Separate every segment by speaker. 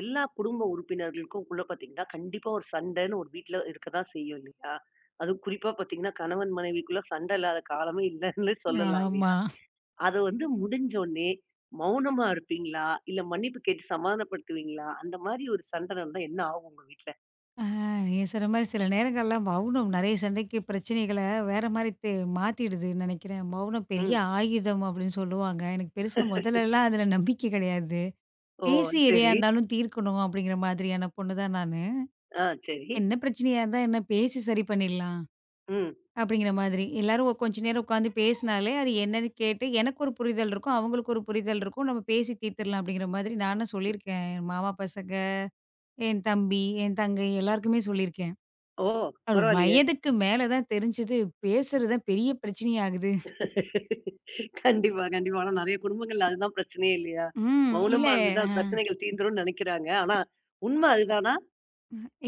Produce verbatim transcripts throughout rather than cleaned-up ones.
Speaker 1: எல்லா குடும்ப உறுப்பினர்களுக்கும் உள்ள பார்த்தீங்கன்னா, கண்டிப்பா ஒரு சண்டைன்னு ஒரு வீட்ல இருக்க தான் செய்யும் இல்லையா? அதுவும் குறிப்பா பார்த்தீங்கன்னா, கணவன் மனைவிக்குள்ள சண்டை இல்லாத காலமே இல்லன்னு சொல்லலாம் இல்லையா?
Speaker 2: ஆமா.
Speaker 1: அது வந்து முடிஞ்சோனே மௌனமா இருப்பீங்களா? இல்ல மன்னிப்பு கேட்டு சமாதானப்படுத்துவீங்களா? அந்த மாரி ஒரு சண்டை நடந்தா என்ன ஆகும் உங்க வீட்ல?
Speaker 2: அ நீங்க சொன்ன மாரி சில நேரங்கள்ல மௌனம் நெறைய சண்டைக்கு பிரச்சனைகள வேற மாரி தே மாத்திடுதுன்னு நெனைக்கிறேன். மௌனம் பெரிய
Speaker 1: ம்.
Speaker 2: ஆயுதம் அப்படின்னு சொல்லுவாங்க. எனக்கு பெருசா முதலலாம் அதுல நம்பிக்கை கிடையாது.
Speaker 1: ஓ!
Speaker 2: பேசி எதையா
Speaker 1: சரி.
Speaker 2: இருந்தாலும் தீர்க்கணும் அப்படிங்கிற மாதிரியான பொண்ணு தான் நானு.
Speaker 1: ஆ, சரி.
Speaker 2: என்ன பிரச்சனையா இருந்தா என்ன பேசி சரி பண்ணிடலாம்
Speaker 1: ம்.
Speaker 2: அப்படிங்கிற மாதிரி. எல்லாரும் ஒ- கொஞ்ச நேரம் உட்காந்து பேசினாலே அது என்னன்னு கேட்டு எனக்கு ஒரு புரிதல் இருக்கும். அவங்களுக்கு ஒரு புரிதல் இருக்கும். நம்ம பேசி தீர்த்துடலாம் அப்படிங்கிற மாதிரி நானும் சொல்லியிருக்கேன். என் மாமா பசங்க, என் தம்பி, என் தங்கை எல்லாருக்குமே சொல்லியிருக்கேன்.
Speaker 1: ஓ!
Speaker 2: ஒரு
Speaker 1: பரவாயில்லையே!
Speaker 2: வயதுக்கு மேல தான் தெரிஞ்சது, பேசுறது தான் பெரிய பிரச்சனையா ஆகுது.
Speaker 1: கண்டிப்பா, கண்டிப்பா. ஆனா நெறைய குடும்பங்கள்ல அதுதான் பிரச்சனையே இல்லையா?
Speaker 2: ம். இல்ல.
Speaker 1: மௌனமா இருந்துட்டா
Speaker 2: அ
Speaker 1: பிரச்சனைகள் தீந்துரும்னு நெனைக்கிறாங்க. ஆனா உண்மை அதுதானா?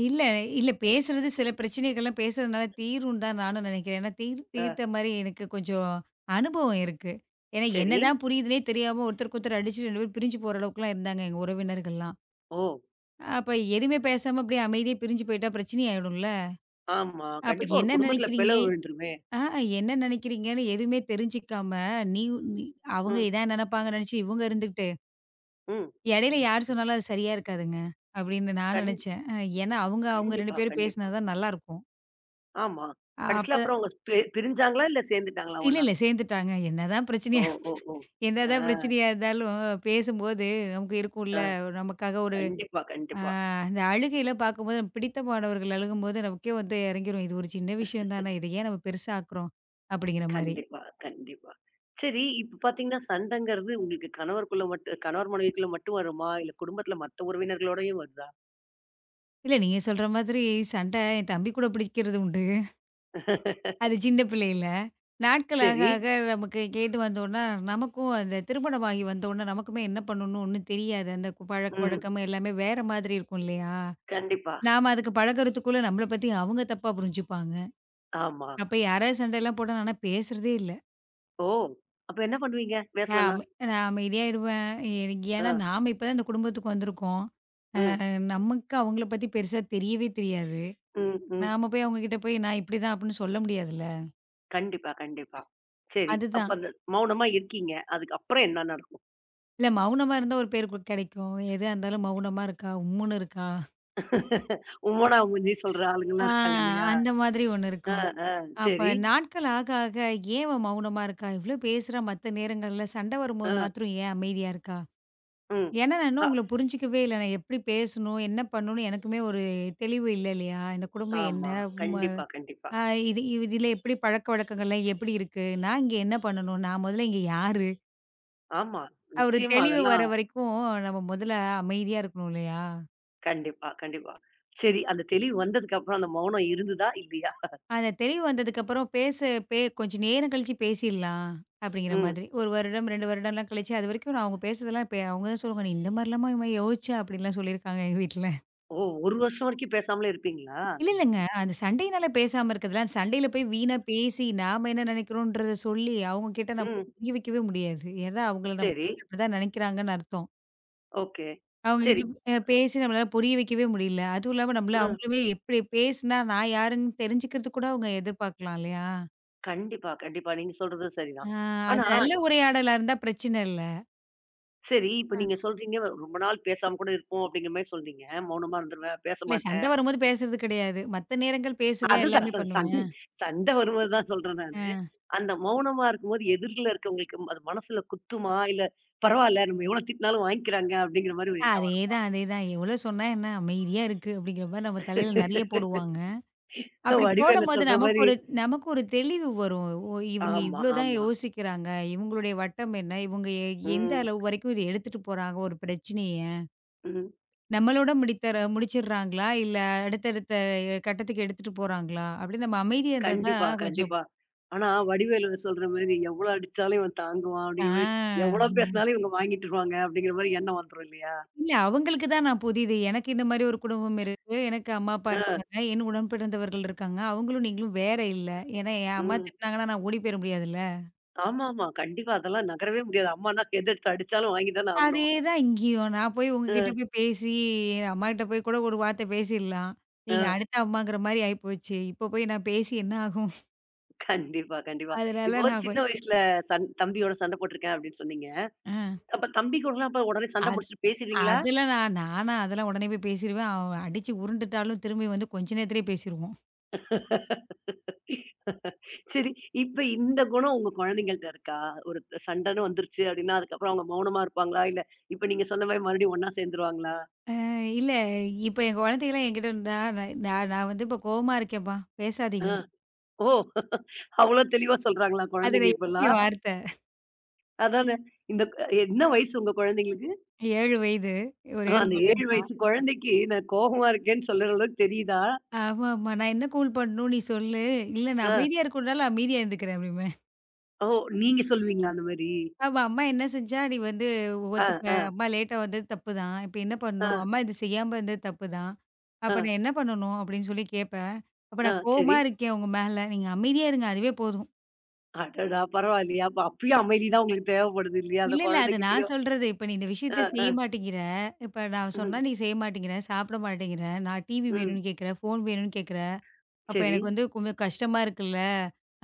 Speaker 2: இல்ல இல்ல பேசுறது சில பிரச்சனைகள்லாம் பேசுறதுனால தீரும்ன்னு தான் நானும் நெனைக்கிறேன். ஏன்னா தீர்
Speaker 1: அ,
Speaker 2: தீர்த்த மாரி எனக்கு கொஞ்சம் அனுபவம் இருக்கு. ஏன்னா
Speaker 1: சரி.
Speaker 2: என்னதான் புரியுதுன்னே தெரியாம ஒருத்தருக்கு ஒருத்தர் அடிச்சு ரெண்டு பேரும் பிரிஞ்சு போற அளவுக்குலாம் இருந்தாங்க எங்க உறவினர்கள்லாம்.
Speaker 1: ஓ!
Speaker 2: அப்ப எதுவுமே பேசாம அப்படியே அமைதியா பிரிஞ்சு போயிட்டா பிரச்சனை ஆயிடும்ல.
Speaker 1: ஆமா.
Speaker 2: அப்ப
Speaker 1: கண்டிப்பா ஒரு
Speaker 2: என்ன
Speaker 1: குடும்பத்துல
Speaker 2: நெனைக்கிறீங்க?
Speaker 1: பிளவு விழுந்துருமே!
Speaker 2: ஆ என்ன நெனைக்கிறீங்கன்னு எதுவுமே தெரிஞ்சுக்காம, நீ நீ அவங்க
Speaker 1: ம்,
Speaker 2: இதான் நெனைப்பாங்கன்னு நெனைச்சு இவங்க இருந்து
Speaker 1: ம்.
Speaker 2: இடையில யார் சொன்னாலும் அது சரியா இருக்காதுங்க. அப்படின்னு நான்
Speaker 1: கண்
Speaker 2: நினைச்சேன். அ ஏன்னா அவங்க அவங்க ரெண்டு
Speaker 1: கண்டிப்பா,
Speaker 2: பேரும் பேசினா
Speaker 1: கண்டிப்பா.
Speaker 2: தான் நல்லாருக்கும்.
Speaker 1: ஆமா.
Speaker 2: அ அப்ப
Speaker 1: கடைசில அப்புறம் அவங்க பி பிரிஞ்சாங்களா? இல்ல சேர்ந்துட்டாங்களா
Speaker 2: இல்ல,
Speaker 1: ஒண்ணா?
Speaker 2: இல்ல சேர்ந்துட்டாங்க. என்னதான்
Speaker 1: ஓ!
Speaker 2: பிரச்சனையா
Speaker 1: ஓ! ஓ! ஆ,
Speaker 2: என்னதான் பிரச்சனையா இருந்தாலும் பேசும்போது நமக்கு இருக்கும்ல,
Speaker 1: ஆ.
Speaker 2: நமக்காக ஒரு
Speaker 1: கண்டிப்பா, கண்டிப்பா.
Speaker 2: அந்த அழுகையில பார்க்கும்போது நமக்கு பிடித்தமானவர்கள் அழுகும்போது நமக்கே வந்து இறங்கிரும். இது ஒரு சின்ன விஷயம் தானே, இத ஏன் நம்ம பெருசா ஆக்குறோம்? அப்படிங்கிற மாரி.
Speaker 1: கண்டிப்பா, கண்டிப்பா. சரி, இப்ப பார்த்தீங்கன்னா, சண்டைங்கிறது உங்களுக்கு கணவருக்குள்ள மட்டும் கணவர் மனைவிக்குள்ள மட்டும் வருமா? இல்ல குடும்பத்துல மத்த உறவினர்களோடயும் வருதா?
Speaker 2: இல்ல நீங்க சொல்ற மாதிரி சண்டை என் தம்பி கூட பிடிக்கிறது உண்டு. அது சின்ன பிள்ளையில. நாட்கள் ஆக
Speaker 1: சரி.
Speaker 2: ஆக நமக்கு கேது வந்தோன்னா, நமக்கும் அந்த திருமணமாகி வந்தோன்னா, நமக்குமே என்ன பண்ணணும்னு ஒண்ணும் தெரியாது. அந்த கு
Speaker 1: ம்.
Speaker 2: பழக்கவழக்கம் எல்லாமே வேற மாதிரி இருக்கும் இல்லையா?
Speaker 1: கண்டிப்பா.
Speaker 2: நாம அதுக்கு பழகுறதுக்குள்ள நம்மள பத்தி அவங்க தப்பா புரிஞ்சுப்பாங்க.
Speaker 1: ஆமா.
Speaker 2: அப்ப யாராவது சண்டைலாம் போட்டா நான்லாம் பேசுறதே இல்ல.
Speaker 1: ஓ! அப்ப என்ன பண்ணுவீங்க?
Speaker 2: நான்
Speaker 1: பேசலன்னா?
Speaker 2: அம நான் அமைதியாயிடுவேன். எனக்கு
Speaker 1: ஆ.
Speaker 2: ஏன்னா நாம இப்ப தான் இந்த குடும்பத்துக்கு வந்திருக்கோம். அ
Speaker 1: ம்.
Speaker 2: நமக்கு அவங்கள பத்தி பெருசா தெரியவே தெரியாது.
Speaker 1: ம். ம்.
Speaker 2: நாம போய் அவங்ககிட்ட போய் நான் இப்படிதான் அப்படின்னு சொல்ல முடியாதுல்ல.
Speaker 1: கண்டிப்பா, கண்டிப்பா. சரி. அப்ப
Speaker 2: அதுதான்.
Speaker 1: அந்த மௌனமா இருக்கீங்க. அதுக்கப்புறம் என்ன நடக்கும்?
Speaker 2: இல்ல மௌனமா இருந்தா ஒரு பேர் கு கெடைக்கும். எதா இருந்தாலும் மௌனமா இருக்கா, உம்முன்னு இருக்கா.
Speaker 1: உம்மனா, உம்மஞ்சி சொல்ற
Speaker 2: ஆ,
Speaker 1: ஆளுங்கலாம் இருக்காங்க இல்லையா?
Speaker 2: அந்த மாதிரி ஒண்ணு
Speaker 1: ஆ,
Speaker 2: இருக்கும்.
Speaker 1: ஆ.
Speaker 2: அப்ப
Speaker 1: சரி.
Speaker 2: நாட்கள் ஆக, ஆக ஏன் இவ மௌனமா இருக்கா? இவ்ளோ பேசுறா மத்த நேரங்கள்ல, சண்டை
Speaker 1: ஆ,
Speaker 2: வரும்போது மாத்திரம் ஏன் அமைதியா இருக்கா?
Speaker 1: ம்.
Speaker 2: ஏன்னா, நான் இன்னும்
Speaker 1: அ
Speaker 2: உங்கள புரிஞ்சுக்கவே இல்ல. நான் எப்படி பேசணும்? என்ன பண்ணணும்னு எனக்குமே ஒரு தெளிவு இல்ல இல்லையா? இந்த குடும்பம் என்ன?
Speaker 1: ஆமா.
Speaker 2: ம
Speaker 1: கண்டிப்பா, கண்டிப்பா.
Speaker 2: அ இது இது- இதுல எப்படி பழக்கவழக்கங்கள்லாம் எப்படி இருக்கு? நான் இங்க என்ன பண்ணணும்? நான் முதல்ல இங்க யாரு?
Speaker 1: ஆமா.
Speaker 2: அ ஒரு
Speaker 1: நிச்சயமா
Speaker 2: தெளிவு வர
Speaker 1: அதெல்லாம்
Speaker 2: வரைக்கும் நம்ம முதல்ல அமைதியா இருக்கணும் இல்லையா?
Speaker 1: கண்டிப்பா, கண்டிப்பா. சரி. அந்த தெளிவு வந்ததுக்கு அப்புறம் அந்த மௌனம் இருந்ததா? இல்லையா?
Speaker 2: அந்த தெளிவு வந்ததுக்கப்புறம் பேச பே கொஞ்சம் நேரம் கழிச்சு பேசிடலாம் அப்படிங்கிற
Speaker 1: ம்.
Speaker 2: மாதிரி. ஒரு வருடம், ரெண்டு வருடம்லாம் கழிச்சு, அதுவரைக்கும் நான் அவங்க பேசுறதெல்லாம் இப்ப அவங்க தான் சொல்லுவாங்க, "நீ இந்த மாரிலாமா இவன் யோசிச்சா?" அப்படின்லாம் சொல்லியிருக்காங்க எங்க வீட்ல.
Speaker 1: ஓ! ஒரு வருஷம் வரைக்கும் பேசாமலே இருப்பீங்களா?
Speaker 2: இல்ல, இல்லங்க. அந்த சண்டையினால பேசாம இருக்கிறதுலாம், சண்டையில போய் வீணா பேசி, நாம என்ன நினைக்கிறோன்றத சொல்லி, அவங்க கிட்ட நம்ம
Speaker 1: ம்.
Speaker 2: புரிய வைக்கவே முடியாது. ஏன்னா அவங்கள நம்ம
Speaker 1: சரி.
Speaker 2: அப்படிதான் நினைக்கிறாங்கன்னு அர்த்தம்.
Speaker 1: ஓகே.
Speaker 2: அவங்க
Speaker 1: சரி.
Speaker 2: கிட்ட அ பேசி நம்மளால புரிய வைக்கவே முடியல. அதுவும் இல்லாம நம்மள
Speaker 1: ம்.
Speaker 2: அவங்களுமே எப்படி பேசினா நான் யாருன்னு தெரிஞ்சுக்கிறதுக்கு கூட அவங்க எதிர்பார்க்கலாம் இல்லையா?
Speaker 1: கண்டிப்பா, கண்டிப்பா. நீங்க சொல்றது
Speaker 2: ஆ,
Speaker 1: சரிதான்.
Speaker 2: அது
Speaker 1: ஆனா
Speaker 2: நல்ல உரையாடலா இருந்தா பிரச்சனை இல்ல.
Speaker 1: சரி, இப்ப
Speaker 2: ஆ.
Speaker 1: நீங்க சொல்றீங்க, ரொம்ப நாள் பேசாம கூட இருப்போம் அப்படிங்கிற மாரி சொல்றீங்க. மௌனமா இருந்துருவேன், பேச
Speaker 2: இல்ல சண்டை
Speaker 1: மாட்டேன்.
Speaker 2: வரும்போது பேசுறது கிடையாது. மத்த நேரங்கள் பேசுவேன்,
Speaker 1: அதுதான்
Speaker 2: எல்லாமே
Speaker 1: ச சண்
Speaker 2: பண்ணுவேன்.
Speaker 1: சண்டை வரும்போது தான் சொல்றேன்
Speaker 2: ஆ.
Speaker 1: நானு. அந்த மௌனமா இருக்கும்போது எதிர்ல இருக்கவங்களுக்கு அது மனசுல குத்துமா? இல்ல பரவால்ல நம்ம எவ்வளோ திட்டினாலும் வாங்கிக்கிறாங்க அப்படிங்கிற மாரி ஒரு எண்ணம் வருமா?
Speaker 2: அதேதான், அதேதான். எவ்வளோ சொன்னா என்ன அமைதியா இருக்கு அப்படிங்கிற மாரி நம்ம தலையில நெறைய போடுவாங்க. அப்படி
Speaker 1: வடிவேலு
Speaker 2: போடும்போது
Speaker 1: சொல்ற
Speaker 2: நமக்கு
Speaker 1: மாரி
Speaker 2: ஒரு நமக்கு ஒரு தெளிவு வரும். ஓ! இவங்க
Speaker 1: ஆமா,
Speaker 2: இவ்வளோ தான்
Speaker 1: ஆமா.
Speaker 2: யோசிக்கிறாங்க. இவங்களுடைய வட்டம் என்ன? இவங்க எ எந்த
Speaker 1: ம்,
Speaker 2: அளவு வரைக்கும் இத எடுத்துட்டு போறாங்க ஒரு பிரச்சனைய.
Speaker 1: ம்.
Speaker 2: நம்மளோட முடித்தர முடிச்சிடுறாங்களா? இல்ல அடுத்தடுத்த கட்டத்துக்கு எடுத்துட்டு போறாங்களா? அப்படின்னு நம்ம அமைதியா இருந்தா
Speaker 1: கண்டிப்பா,
Speaker 2: தான் கொஞ்சம்.
Speaker 1: கண்டிப்பா. ஆனா வடிவேலு சொல்ற மாரி எவ்வளோ அடிச்சாலும் இவன் தாங்குவான்
Speaker 2: ஆ.
Speaker 1: அப்படிங்கிற மாரி, எவ்வளோ பேசினாலும் இவங்க வாங்கிட்டுருவாங்க அப்படிங்கிற மாரி எண்ணம் வந்துரும் இல்லையா?
Speaker 2: இல்ல அவங்களுக்கு தான் நான் புதிது. எனக்கு இந்த மாரி ஒரு குடும்பம் இருக்கு. எனக்கு அம்மா, அப்பா
Speaker 1: ஆ,
Speaker 2: இருக்காங்க. என் உடன் பிறந்தவர்கள் இருக்காங்க. அவங்களும் நீங்களும் வேற இல்ல. ஏன்னா என் அம்மா
Speaker 1: ம்.
Speaker 2: திட்டினாங்கன்னா நான் ஓடி போயிற முடியாதுல்ல.
Speaker 1: ஆமாமா. கண்டிப்பா. அதெல்லாம் நகரவே முடியாது. அம்மான்னா எதிர்த்து அடிச்சாலும் வாங்கி தானே
Speaker 2: அதே
Speaker 1: ஆகணும்.
Speaker 2: தான் இங்கேயும். நான் போய்
Speaker 1: அ,
Speaker 2: உங்ககிட்ட போய் பேசி என் அம்மாகிட்ட போய் கூட ஒரு வார்த்தை பேசிடலாம். நீங்க
Speaker 1: அ.
Speaker 2: அடுத்த அம்மாங்கிற மாரி ஆயிப்போச்சு. இப்போ போய் நான் பேசி என்ன ஆகும்?
Speaker 1: கண்டிப்பா, கண்டிப்பா.
Speaker 2: அதனால
Speaker 1: இப்போ
Speaker 2: நான்
Speaker 1: சின்ன
Speaker 2: கொஞ்
Speaker 1: வயசுல சண் தம்பியோட சண்டை போட்டுருக்கேன் அப்படின்னு சொன்னீங்க.
Speaker 2: அ
Speaker 1: அப்ப தம்பி கூடலாம் அப்ப உடனே சண்டை
Speaker 2: அது
Speaker 1: முடிச்சுட்டு பேசிருவீங்களா?
Speaker 2: அதெல்லாம் நான் நானா அதெல்லாம் உடனே போய் பேசிருவேன். அவ அடிச்சு உருண்டுட்டாலும் திரும்பி வந்து கொஞ்ச நேரத்திலேயே பேசிருவோம்.
Speaker 1: சரி. இப்ப இந்த குணம் உங்க குழந்தைங்கள்ட்ட இருக்கா? ஒரு சண்டைன்னு வந்துருச்சு அப்படின்னா, அதுக்கப்புறம் அவங்க மௌனமா இருப்பாங்களா? இல்ல இப்ப நீங்க சொன்ன மாரி மறுபடியும் ஒண்ணா சேர்ந்துருவாங்களா?
Speaker 2: இல்ல. இப்ப என் குழந்தைகள்லாம் என்கிட்ட இருந்தா, நான் நான் நான் வந்து இப்ப கோவமா இருக்கேன்ப்பா, பேசாதீங்க.
Speaker 1: அ. ஓ! அவ்வளோ தெளிவா சொல்றாங்களா
Speaker 2: அதுல
Speaker 1: குழந்தைங்க
Speaker 2: எத்தனை
Speaker 1: இப்பல்லாம்?
Speaker 2: வார்த்த
Speaker 1: அதானே. இந்த என்ன வயசு உங்க குழந்தைங்களுக்கு?
Speaker 2: ஏழு வயது,
Speaker 1: ஆ,
Speaker 2: ஒரே ஒரு
Speaker 1: அந்த
Speaker 2: மகன்
Speaker 1: ஏழு
Speaker 2: தான்.
Speaker 1: வயசு குழந்தைக்கு நான் கோவமா இருக்கேன்னு சொல்லுற அளவுக்கு தெரியுதா?
Speaker 2: ஆமாமா. நான் என்ன கூல் பண்ணணும் நீ சொல்லு. இல்ல நான்
Speaker 1: ஆ,
Speaker 2: அமைதியா இருக்கணும்னாலும் அமைதியா இருந்துக்கிறேன் அப்படிம்பேன்.
Speaker 1: ஓ! நீங்க சொல்லுவீங்களா அந்த மாரி?
Speaker 2: அப்ப அம்மா என்ன செஞ்சா நீ வந்து
Speaker 1: ஆ,
Speaker 2: ஒத்துப்ப.
Speaker 1: ஆ,
Speaker 2: அம்மா லேட்டா வந்தது தப்பு தான். இப்ப என்ன
Speaker 1: ஆ,
Speaker 2: பண்ணணும்? அம்மா இது செய்யாம இருந்தது தப்பு தான். அப்ப
Speaker 1: ஆ,
Speaker 2: நான் என்ன பண்ணணும்? அப்படின்னு சொல்லி கேட்பேன். அப்ப
Speaker 1: ஆ,
Speaker 2: நான் கோவமா
Speaker 1: சரி.
Speaker 2: இருக்கேன் உங்க மேல. நீங்க அமைதியா இருங்க. அதுவே போதும்.
Speaker 1: அடடா! பரவாயில்லையே! அப்ப அப்பயும் அமைதி தான் உங்களுக்கு தேவைப்படுது இல்லையா? அந்த
Speaker 2: இல்ல, இல்ல. அது நான்
Speaker 1: குழந்தைகிட்டயும்.
Speaker 2: சொல்றது. இப்ப நீ இந்த விஷயத்த
Speaker 1: ஆ,
Speaker 2: செய்ய
Speaker 1: ஆ,
Speaker 2: மாட்டேங்கிற. இப்ப நான் சொன்னா
Speaker 1: ம்,
Speaker 2: நீ செய்ய மாட்டேங்கிற, சாப்பிட மாட்டேங்கிற, நான் டிவி
Speaker 1: ம்.
Speaker 2: வேணும்னு கேட்கிற, ஃபோன் வேணும்னு கேட்கிற. அப்ப
Speaker 1: சரி.
Speaker 2: எனக்கு வந்து கொஞ்சம் கஷ்டமா இருக்குல்ல.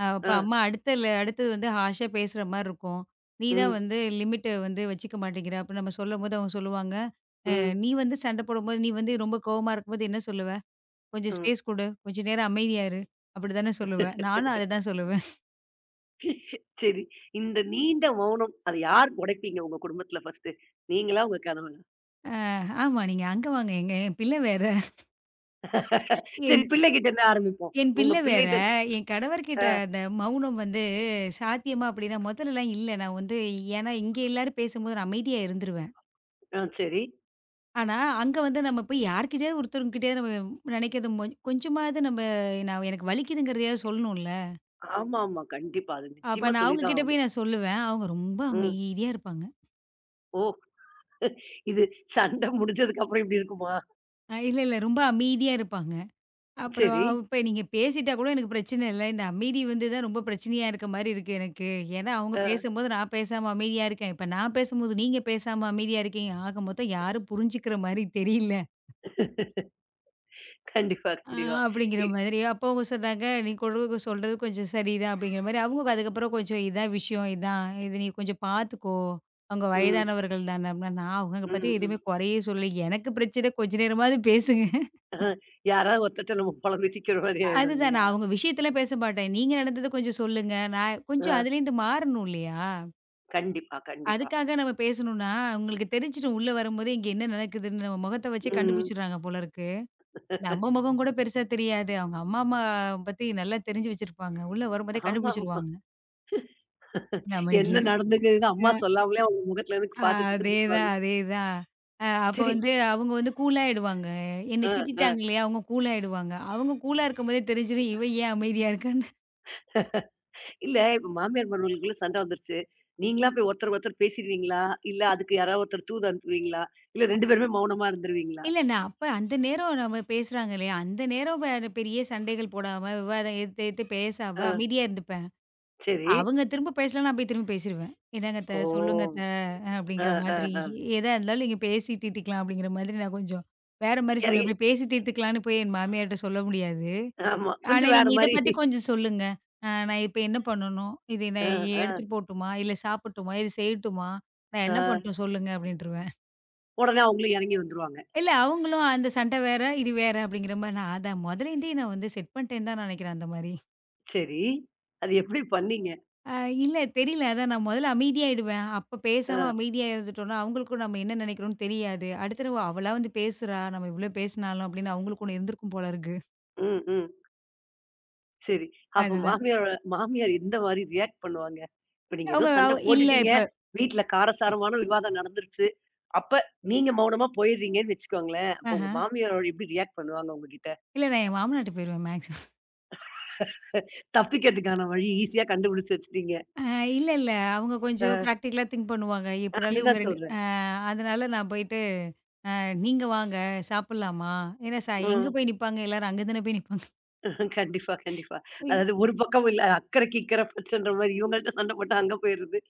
Speaker 2: அ அப்ப
Speaker 1: ஆ,
Speaker 2: அம்மா அடுத்த ல அடுத்தது வந்து ஹார்ஷா பேசுற மாரி இருக்கும். நீ தான்
Speaker 1: ம்,
Speaker 2: வந்து லிமிட்ட வந்து வச்சுக்க மாட்டேங்கிற. அப்ப நம்ம சொல்லும்போது அவங்க சொல்லுவாங்க, "அ
Speaker 1: ம்,
Speaker 2: நீ வந்து சண்டை போடும்போது, நீ வந்து ரொம்ப கோவமா இருக்கும்போது என்ன சொல்லுவ? கொஞ்சம்
Speaker 1: ம்.
Speaker 2: ஸ்பேஸ் குடு. கொஞ்ச நேரம் அமைதியா இரு." அப்படி தானே சொல்லுவ. நானும் அத தான் சொல்லுவேன்.
Speaker 1: சரி. இந்த நீண்ட மௌனம் அத யார் உடைப்பீங்க உங்க குடும்பத்துல ஃபர்ஸ்ட்டு? நீங்களா? உங்க கணவனா?
Speaker 2: ஆமா. நீங்க அங்க வாங்க. எங்க என் பிள்ளை வேற.
Speaker 1: சரி பிள்ளைகிட்ட இருந்து ஆரம்பிப்போம்.
Speaker 2: என்
Speaker 1: உங்க
Speaker 2: பிள்ளை வேற,
Speaker 1: பிள்ளைட்ட
Speaker 2: என் கணவர்கிட்ட
Speaker 1: ஆ,
Speaker 2: அந்த மௌனம் வந்து சாத்தியமா அப்படின்னா முதல்லலாம் இல்ல. நான் வந்து ஏன்னா இங்க எல்லாரும் பேசும்போது நான் அமைதியா இருந்துருவேன்.
Speaker 1: ஆ, சரி.
Speaker 2: ஆனா, அங்க வந்து நம்ம போய் யார்கிட்டயாவது ஒருத்தவங்ககிட்டயாவது நம்ம நினைக்கிறது மொ கொஞ்சமாவது நம்ம நான் எனக்கு வலிக்குதுங்கிறதையாவது சொல்லணும்ல.
Speaker 1: ஆமாமா. கண்டிப்பா. அது
Speaker 2: அப்ப
Speaker 1: நிச்சயமா
Speaker 2: நான்
Speaker 1: சொல்லி தான்
Speaker 2: அவங்ககிட்ட போய்
Speaker 1: ஆகணும்.
Speaker 2: நான் சொல்லுவேன். அவங்க ரொம்ப
Speaker 1: ம்.
Speaker 2: அமைதியா இருப்பாங்க.
Speaker 1: ஓ! இது சண்டை முடிஞ்சதுக்கு அப்புறம் இப்படி இருக்குமா?
Speaker 2: அ இல்ல, இல்ல ரொம்ப அமைதியா இருப்பாங்க. அப்புறம்
Speaker 1: சரி.
Speaker 2: அவ- இப்ப நீங்க பேசிட்டா கூட எனக்கு பிரச்சனை இல்ல. இந்த அமைதி வந்து தான் ரொம்ப பிரச்சனையா இருக்க மாரி இருக்கு எனக்கு. ஏன்னா அவங்க
Speaker 1: ஆ.
Speaker 2: பேசும்போது நான் பேசாம அமைதியா இருக்கேன். இப்ப நான் பேசும்போது நீங்க பேசாம அமைதியா இருக்கீங்க. ஆக மொத்தம் யாரும் புரிஞ்சுக்கிற மாரி தெரியல.
Speaker 1: கண்டிப்பா,
Speaker 2: ஆ
Speaker 1: கண்டிப்பா.
Speaker 2: அப்படிங்கிற
Speaker 1: இ
Speaker 2: மாதிரி. அப்போ அவங்க சொன்னாங்க, "நீ கொடு சொல்றது கொஞ்சம் சரிதான்." அப்படிங்கிற மாரி. அவங்க அதுக்கப்புறம் கொஞ்சம் இதான் விஷயம் இதான். இது நீ கொஞ்சம் பார்த்துக்கோ. அவங்க
Speaker 1: ம்,
Speaker 2: வயதானவர்கள் தான. அப்படின்னா நான் அவங்கள பத்தி
Speaker 1: ம், ம்.
Speaker 2: எதுவுமே குறையே சொல்லல. எனக்கு பிரச்சனை கொஞ்ச நேரமாவது பேசுங்க.
Speaker 1: அஹ. யாராவது ஒருத்தர்ட்ட நம்ம பொலம்பி தீக்கிற மாரி ஆயிடும்
Speaker 2: அதுதான்.
Speaker 1: இல்லையா?
Speaker 2: நான் அவங்க விஷயத்துல பேச மாட்டேன். நீங்க நடந்தத கொஞ்சம் சொல்லுங்க. நான் கொஞ்சம்
Speaker 1: ஆ.
Speaker 2: அதுலேருந்து மாறணும் இல்லையா?
Speaker 1: கண்டிப்பா, கண்டிப்பா.
Speaker 2: அதுக்காக நம்ம பேசணும்னா, அவங்களுக்கு தெரிஞ்சிடும் உள்ள வரும்போது இங்க என்ன நடக்குதுன்னு நம்ம முகத்த வச்சே
Speaker 1: ம்.
Speaker 2: கண்டுபிடிச்சுடுறாங்க போல இருக்கு. நம்ம முகம் கூட பெருசா தெரியாது. அவங்க அம்மா அம்மா பத்தி நல்லா தெரிஞ்சு வச்சிருப்பாங்க. உள்ள வரும்போதே
Speaker 1: ஆமா, ஆமா.
Speaker 2: கண்டுபிடிச்சுருவாங்க. நம்ம இன்னைக்கு
Speaker 1: என்ன
Speaker 2: எது
Speaker 1: நடந்துக்குதுன்னு அம்மா
Speaker 2: அ
Speaker 1: சொல்லாமலே அவங்க முகத்துல இருந்து பார்த்து
Speaker 2: அதேதான்,
Speaker 1: தெரிஞ்சுக்குவாங்க.
Speaker 2: அதேதான். அ அப்ப
Speaker 1: சரி.
Speaker 2: வந்து அவங்க வந்து கூல் ஆயிடுவாங்க. என்னை
Speaker 1: ஆ, ஆ.
Speaker 2: திட்டிட்டாங்க இல்லையா? அவங்க கூல் ஆயிடுவாங்க. அவங்க கூலா இருக்கும்போதே தெரிஞ்சிரும் இவ ஏன் அமைதியா இருக்கான்னு.
Speaker 1: இல்ல இப்ப மாமியார் மருமகளுக்குள்ள சண்டை வந்துருச்சு. நீங்களா போய் ஒருத்தர் ஒருத்தர் பேசிருவீங்களா? இல்ல அதுக்கு யாராவது ஒருத்தர் தூது அனுப்புவீங்களா? இல்ல ரெண்டு பேருமே மௌனமா இருந்துருவீங்களா?
Speaker 2: இல்ல நான் அப்ப அந்த நேரம் நம்ம பேசுறாங்க இல்லையா, அந்த நேரம் வேற பெரிய சண்டைகள் போடாம, விவாதம் எதிர்த்து எதிர்த்து பேசாம
Speaker 1: ஆ.
Speaker 2: அமைதியா இருந்துப்பேன்.
Speaker 1: சரி.
Speaker 2: அவங்க திரும்ப பேசலனா, நான் போய் திரும்ப பேசிருவேன். "இந்தாங்க அத்த,
Speaker 1: ஓ!
Speaker 2: சொல்லுங்க அத்த"
Speaker 1: அ,
Speaker 2: அப்படிங்கிற
Speaker 1: அ,
Speaker 2: மாதிரி.
Speaker 1: அ.
Speaker 2: "எதா இருந்தாலும் நீங்க பேசி தீர்த்துக்கலாம்" அப்படிங்கிற மாதிரி நான் கொஞ்சம் வேற மாரி சொல்லுவேன்.
Speaker 1: எறங்கி
Speaker 2: இப்படி பேசி தீர்த்துக்கலாம்னு போய் என் மாமியார்ட்ட சொல்ல முடியாது.
Speaker 1: ஆமா.
Speaker 2: ஆனா,
Speaker 1: கொஞ்சம் வேற
Speaker 2: "நீங்க இத
Speaker 1: மாரி
Speaker 2: பத்தி கொஞ்சம் சொல்லுங்க. அ நான் இப்ப என்ன பண்ணணும்? இது
Speaker 1: அ,
Speaker 2: நான்
Speaker 1: அ,
Speaker 2: எடுத்துட்டு போகட்டுமா? இல்ல சாப்பிடட்டுமா? இது செய்யட்டுமா? நான் என்ன
Speaker 1: அ.
Speaker 2: பண்ணட்டும் சொல்லுங்க" அப்படின்ருவேன்.
Speaker 1: உடனே அவங்களும் எறங்கி வந்துருவாங்க.
Speaker 2: இல்ல அவங்களும் அந்த சண்டை வேற, இது வேற அப்படிங்கிற மாரி நான் அதான் முதலேருந்தே நான் வந்து செட் பண்ணிட்டேன்னு தான் நினைக்கிறேன் அந்த மாரி.
Speaker 1: சரி. அது எப்படி பண்ணீங்க?
Speaker 2: அ இல்ல தெரியல. அதான் நான் முதல்ல அமைதியாயிடுவேன். அப்ப பேசாம
Speaker 1: அ,
Speaker 2: அமைதியா இருந்துட்டோம்னா, அவங்களுக்கும் நம்ம என்ன நினைக்கிறோம்னு தெரியாது. அடுத்த தடவ அவளா வந்து பேசுறா, நம்ம இவ்ளோ பேசினாலும் அப்படின்னு அவங்களுக்கு ஒண்ணு இருந்திருக்கும் போல இருக்கு.
Speaker 1: ம், ம். சரி. அப்போ
Speaker 2: அதுதான்.
Speaker 1: மாமியாரோட மாமியார் எந்த மாரி ரியாக்ட் பண்ணுவாங்க? இப்ப நீங்க ஏதோ
Speaker 2: அவங்க அவ
Speaker 1: சண்டை
Speaker 2: இல்ல
Speaker 1: போட்டுட்டீங்க.
Speaker 2: இப்ப
Speaker 1: வீட்ல காரசாரமான விவாதம் நடந்துருச்சு. அப்ப நீங்க மௌனமா போயிடுறீங்கன்னு வச்சுக்கோங்களேன். அப்போ உங்க
Speaker 2: ஆஹ.
Speaker 1: மாமியாரோட எப்படி ரியாக்ட் பண்ணுவாங்க உங்ககிட்ட?
Speaker 2: இல்ல நான் என் மாமனார்ட்ட போயிருவேன் மேக்ஸிமம்.
Speaker 1: தப்பிக்கிறதுக்கான வழி ஈஸியா கண்டுபிடிச்சு வச்சுட்டீங்க.
Speaker 2: அ இல்ல, இல்ல. அவங்க கொஞ்சம்
Speaker 1: அ
Speaker 2: பிராக்டிகலா திங்க் பண்ணுவாங்க. எப்படினாலும் இவங்க
Speaker 1: அதுதான்
Speaker 2: 2 அ
Speaker 1: சொல்றேன்.
Speaker 2: அதனால நான் போயிட்டு, "நீங்க வாங்க சாப்பிடலாமா?" ஏன்னா ச எங்க
Speaker 1: ம்.
Speaker 2: போய் நிப்பாங்க எல்லாரும் அங்க தானே போய் நிப்பாங்க.
Speaker 1: கண்டிப்பா, கண்டிப்பா. அதாவது ஒரு பக்கம் இல்ல. அக்கறைக்கு இக்கரை பச்சைன்ற மாரி இவங்கள்ட்ட சண்டை போட்டா அங்க போயிருது.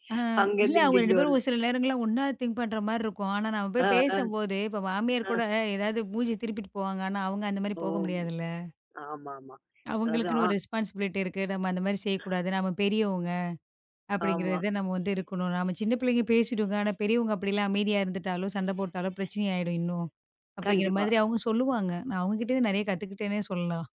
Speaker 2: இல்ல,
Speaker 1: அங்கேருந்து
Speaker 2: அவங்க
Speaker 1: இங்க
Speaker 2: ரெண்டு
Speaker 1: இங்க
Speaker 2: பேரும்
Speaker 1: வருது.
Speaker 2: ஒரு சில நேரங்கள்லாம் ஒண்ணா திங்க் பண்ற மாரி இருக்கும். ஆனா, நம்ம
Speaker 1: ஆ,
Speaker 2: போய்
Speaker 1: ஆ,
Speaker 2: பேசம்போது, இப்ப மாமியார்
Speaker 1: ஆ.
Speaker 2: கூட ஏதாவது மூஞ்சி திருப்பிட்டு போவாங்க. ஆனா, அவங்க அந்த மாரி
Speaker 1: ஓ!
Speaker 2: போக முடியாதுல்ல.
Speaker 1: ஆமாமா. அதாவது
Speaker 2: அவங்களுக்குன்னு
Speaker 1: ஆ
Speaker 2: ஒரு ரெஸ்பான்சிபிலிட்டி இருக்கு. நம்ம அந்த மாரி செய்யக்கூடாது. நம்ம பெரியவங்க
Speaker 1: ஆமா.
Speaker 2: அப்படிங்கிறது நம்ம வந்து இருக்கணும். நம்ம சின்ன பிள்ளைங்க பேசிடுங்க. ஆனா, பெரியவங்க அப்படிலாம் அமைதியா இருந்துட்டாலோ, சண்டை போட்டாலோ பிரச்சனை ஆயிடும் இன்னும். அப்படிங்கிற
Speaker 1: கண்டிப்பா.
Speaker 2: மாதிரி அவங்க சொல்லுவாங்க. நான் அவங்க கிட்டேருந்து நெறைய கத்துக்கிட்டேன்னே சொல்லலாம்.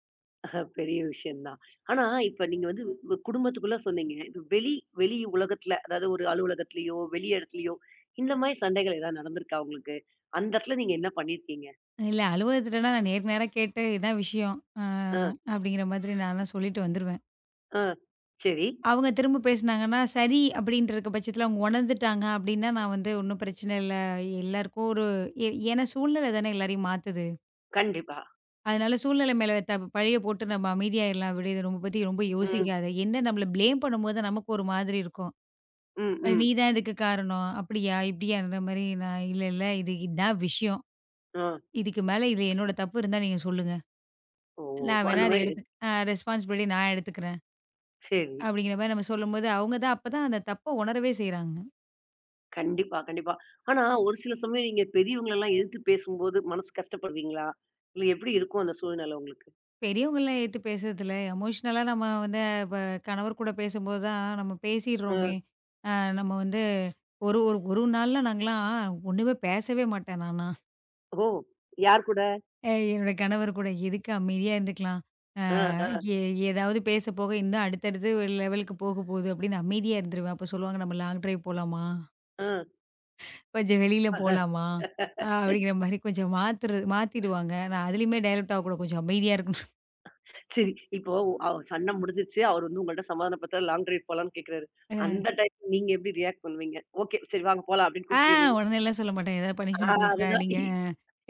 Speaker 1: பெரிய விஷயம் தான். ஆனா, இப்ப நீங்க வந்து வ குடும்பத்துக்குள்ள சொன்னீங்க. இப்ப வெளி வெளி உலகத்துல, அதாவது ஒரு அலுவலகத்திலயோ, வெளி இடத்துலயோ, இந்த மாரி சண்டைகள் ஏதாவது நடந்திருக்கா உங்களுக்கு? அந்த இடத்துல நீங்க என்ன பண்ணியிருக்கீங்க?
Speaker 2: இல்ல அலுவலகத்துலனா நான் நேருக்கு நேரா கேட்டு, இதான் விஷயம். அ
Speaker 1: ஆ,
Speaker 2: அப்படிங்கிற மாதிரி நான்லாம் சொல்லிட்டு வந்துருவேன்.
Speaker 1: ஆ. சரி.
Speaker 2: அவங்க திரும்ப பேசுனாங்கன்னா, சரி அப்படின்றக்க பட்சத்தில அவங்க உணர்ந்துட்டாங்க அப்படின்னா, நான் வந்து ஒண்ணும் பிரச்சனை இல்ல. எல்லாருக்கும் ஒரு ஏ ஏன்னா சூழ்நிலை தானே எல்லாரையும் மாத்துது.
Speaker 1: கண்டிப்பா.
Speaker 2: அதனால சூழ்நிலை மேல த பழிய போட்டு நம்ம அமைதியாயிரலாம் விடு. இத ரொம்ப பத்தி ரொம்ப
Speaker 1: ம்.
Speaker 2: யோசிக்காத. என்ன நம்மள பிளேம் பண்ணும்போது நமக்கு ஒரு மாதிரி இருக்கும்.
Speaker 1: ம்,
Speaker 2: அஹ் "நீ
Speaker 1: ம்.
Speaker 2: தான் இதுக்கு காரணம். அப்படியா? இப்படியான்ற" மாரி நான் "இல்ல, இல்ல இது இதான் விஷயம்.
Speaker 1: ஆ.
Speaker 2: இதுக்கு மேல இதுல என்னோட தப்பு இருந்தா நீங்க சொல்லுங்க.
Speaker 1: ஓ!
Speaker 2: நான் வேணா
Speaker 1: அந்த
Speaker 2: அத
Speaker 1: மாரி
Speaker 2: எடுத்து அ ரெஸ்பான்சிபிலிட்டி நான் எடுத்துக்கிறேன்."
Speaker 1: சரி.
Speaker 2: அப்படிங்கிற மாரி நம்ம சொல்லும்போது, அவங்க தான் அப்பதான் அந்த தப்ப உணரவே செய்றாங்க.
Speaker 1: கண்டிப்பா, கண்டிப்பா. ஆனா ஒரு சில சமயம் நீங்க பெரியவங்களலாம் எதிர்த்து பேசும்போது மனசு கஷ்டப்படுவீங்களா? இல்ல எப்படி இருக்கும் அந்த சூழ்நிலை உங்களுக்கு?
Speaker 2: பெரியவங்கலாம் ஏத்து பேசுறதில்ல. எமோஷனலா நம்ம வந்து இப்ப கணவர் கூட பேசும்போது தான் நம்ம
Speaker 1: அ.
Speaker 2: பேசிடுறோமே! அ நம்ம வந்து ஒரு ஒரு ஒரு நாள்ல நாங்கலாம் ஒண்ணுமே பேசவே மாட்டேன் நான்லாம்.
Speaker 1: ஓ! யார் கூட?
Speaker 2: அ என்னோட கணவர் கூட எதுக்கு அமைதியா இருந்துக்கலாம்.
Speaker 1: அ,
Speaker 2: அ
Speaker 1: அ,
Speaker 2: எ ஏதாவது பேச போக இன்னும் அடுத்தடுத்து லெவலுக்கு போக போகுது அப்படின்னு அமைதியா இருந்துருவேன். அப்போ சொல்லுவாங்க, "நம்ம லாங் டிரைவ் போலாமா?
Speaker 1: அ.
Speaker 2: கொஞ்சம் வெளியில போலாமா?" அ அப்படிங்கிற மாரி கொஞ்சம் மாத்துறது மாத்திடுவாங்க. நான் அதிலயுமே டைவர்ட் ஆகக்கூடாது. கொஞ்சம் அமைதியா இருக்கணும்.
Speaker 1: சரி. இப்போ அ சண்டை முடிஞ்சிருச்சு. அவரு வந்து உங்கள்ட்ட சமாதானப்படுத்துறாரு. லாங் டிரைவ் போலான்னு கேட்கிறாரு. அந்த டைம் நீங்க எப்படி ரியாக்ட் பண்ணுவீங்க? ஓகே. சரி வாங்க போலாம் அப்படின்னு
Speaker 2: ஆ
Speaker 1: கூப்ட்டுருவீங்க.
Speaker 2: உடனேலாம் சொல்ல மாட்டேன். ஏதாவது
Speaker 1: ஆ
Speaker 2: பனிஷ்மென்ட் குடுப்பேன்.
Speaker 1: அதுதான்.
Speaker 2: நீங்க
Speaker 1: இ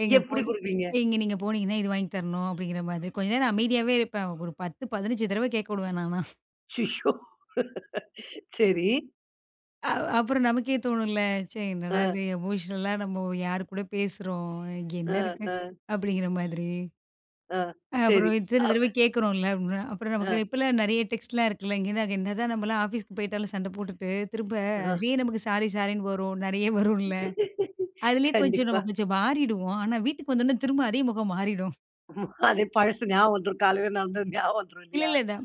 Speaker 2: எங்க
Speaker 1: எப்படி
Speaker 2: போனி
Speaker 1: குடுப்பீங்க?
Speaker 2: இங்க நீங்க போனீங்கன்னா, இது வாங்கி தரணும் அப்படிங்கிற மாதிரி. கொஞ்ச நேரம் அமைதியாவே இருப்பேன். ஒரு பத்து, பதினஞ்சு தடவ கேட்க விடுவேன் நானா.
Speaker 1: அய்யய்யோ! சரி.
Speaker 2: அ அப்புறம் நமக்கே தோணும்ல, ச்சே என்னடா
Speaker 1: அ,
Speaker 2: இது எமோஷனலா நம்ம யாரு கூட பேசுறோம்? இங்க
Speaker 1: அ,
Speaker 2: என்ன இருக்கு?
Speaker 1: அ,
Speaker 2: அப்படிங்கிற மாதிரி.
Speaker 1: அ. சரி.
Speaker 2: அப்புறம் இத்தன
Speaker 1: அ,
Speaker 2: தடவ கேட்குறோம்ல அப்படின்னா, அப்புறம்
Speaker 1: அ,
Speaker 2: நமக்கு இப்பலாம் நெறைய டெக்ஸ்ட்லாம் இருக்குல்ல. இங்கேருந்து என்னதான் நம்மலாம் ஆஃபீஸ்க்கு போயிட்டாலும் சண்டை போட்டுட்டு, திரும்ப
Speaker 1: அ.
Speaker 2: அதுலயே நமக்கு சாரி சாரின்னு வரும். நெறைய வரும்ல. அதுலயே கொஞ்சம்
Speaker 1: கண்டிப்பா.
Speaker 2: நம்ம கொஞ்சம் மாறிடுவோம். ஆனா வீட்டுக்கு வந்தோனே திரும்ப அதே முகம் மாறிடும்.
Speaker 1: அது பழசு ஞாபகம் வந்துரும். காலையில நடந்தது ஞாபகம் வந்துரும்
Speaker 2: இல்ல,
Speaker 1: இல்லையா?
Speaker 2: இல்ல. நா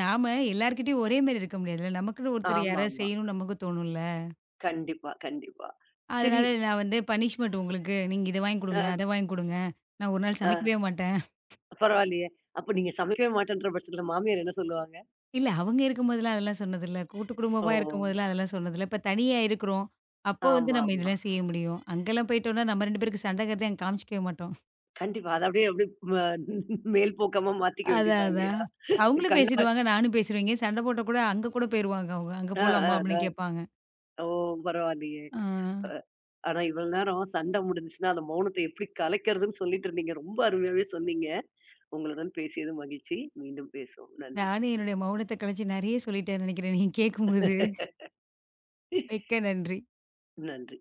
Speaker 2: நாம எல்லார்கிட்டயும் ஒரே மாரி இருக்க முடியாதுல்ல. நமக்குன்னு ஒருத்தர் யாராவது
Speaker 1: ஆமாமா.
Speaker 2: செய்யணும்னு நமக்கு தோணும்ல.
Speaker 1: கண்டிப்பா, கண்டிப்பா. சரி.
Speaker 2: அதனால நான் வந்து பனிஷ்மென்ட் உங்களுக்கு. நீங்க இத வாங்கி குடுங்க,
Speaker 1: அ,
Speaker 2: அத வாங்கி குடுங்க. நான் ஒரு நாள்
Speaker 1: அ
Speaker 2: சமைக்கவே மாட்டேன்.
Speaker 1: பரவாயில்லையே! அப்ப நீங்க சமைக்கவே மாட்டேன்ற பட்சத்துல மாமியார் என்ன சொல்லுவாங்க?
Speaker 2: இல்ல அவங்க இருக்கும்போதெல்லாம் அதெல்லாம் சொன்னதில்ல. கூட்டு
Speaker 1: ஓ!
Speaker 2: குடும்பமா இருக்கும்போதெல்லாம் அதெல்லாம் சொன்னதில்ல. இப்ப தனியா இருக்கிறோம். அப்போ வந்து நம்ம
Speaker 1: ஆமாமா.
Speaker 2: இதெல்லாம் செய்ய முடியும். அங்கலாம் போய்ட்டோம்னா நம்ம ரெண்டு பேருக்கு சண்டங்கிறத அங்க காமிச்சுக்கவே மாட்டோம்.
Speaker 1: கண்டிப்பா. அத அப்படியே அப்படியே ம மேல் போக்கமா மாத்திக்க வேண்டியது
Speaker 2: அதான்,
Speaker 1: தான்
Speaker 2: அதான்.
Speaker 1: இல்லையா?
Speaker 2: அவங்களும்
Speaker 1: கண்ணா
Speaker 2: பேசிடுவாங்க, நானும் பேசிருவேன். எங்கேயும் சண்டை போட்டா கூட அங்க கூட போயிருவாங்க அவங்க. அங்க
Speaker 1: அ,
Speaker 2: போலாமா?
Speaker 1: அ,
Speaker 2: அப்படின்னு
Speaker 1: அ.
Speaker 2: கேட்பாங்க.
Speaker 1: ஓ! பரவாயில்லையே!
Speaker 2: ஆ.
Speaker 1: அ. ஆனா இவ்வளோ நேரம் சண்டை முடிஞ்சுச்சுன்னா, அந்த மௌனத்த எப்படி கலைக்கிறதுன்னு சொல்லிட்டு இருந்தீங்க. ரொம்ப அருமையாவே சொன்னீங்க. உங்களுடன் பேசியது மகிழ்ச்சி. மீண்டும் பேசுவோம். நன்றி.
Speaker 2: நானே என்னுடைய மௌனத்த கலைச்சு நெறைய சொல்லிட்டேன்னு நெனைக்கிறேன். நீங்க கேட்கும்போது. மிக்க நன்றி.
Speaker 1: நன்றி.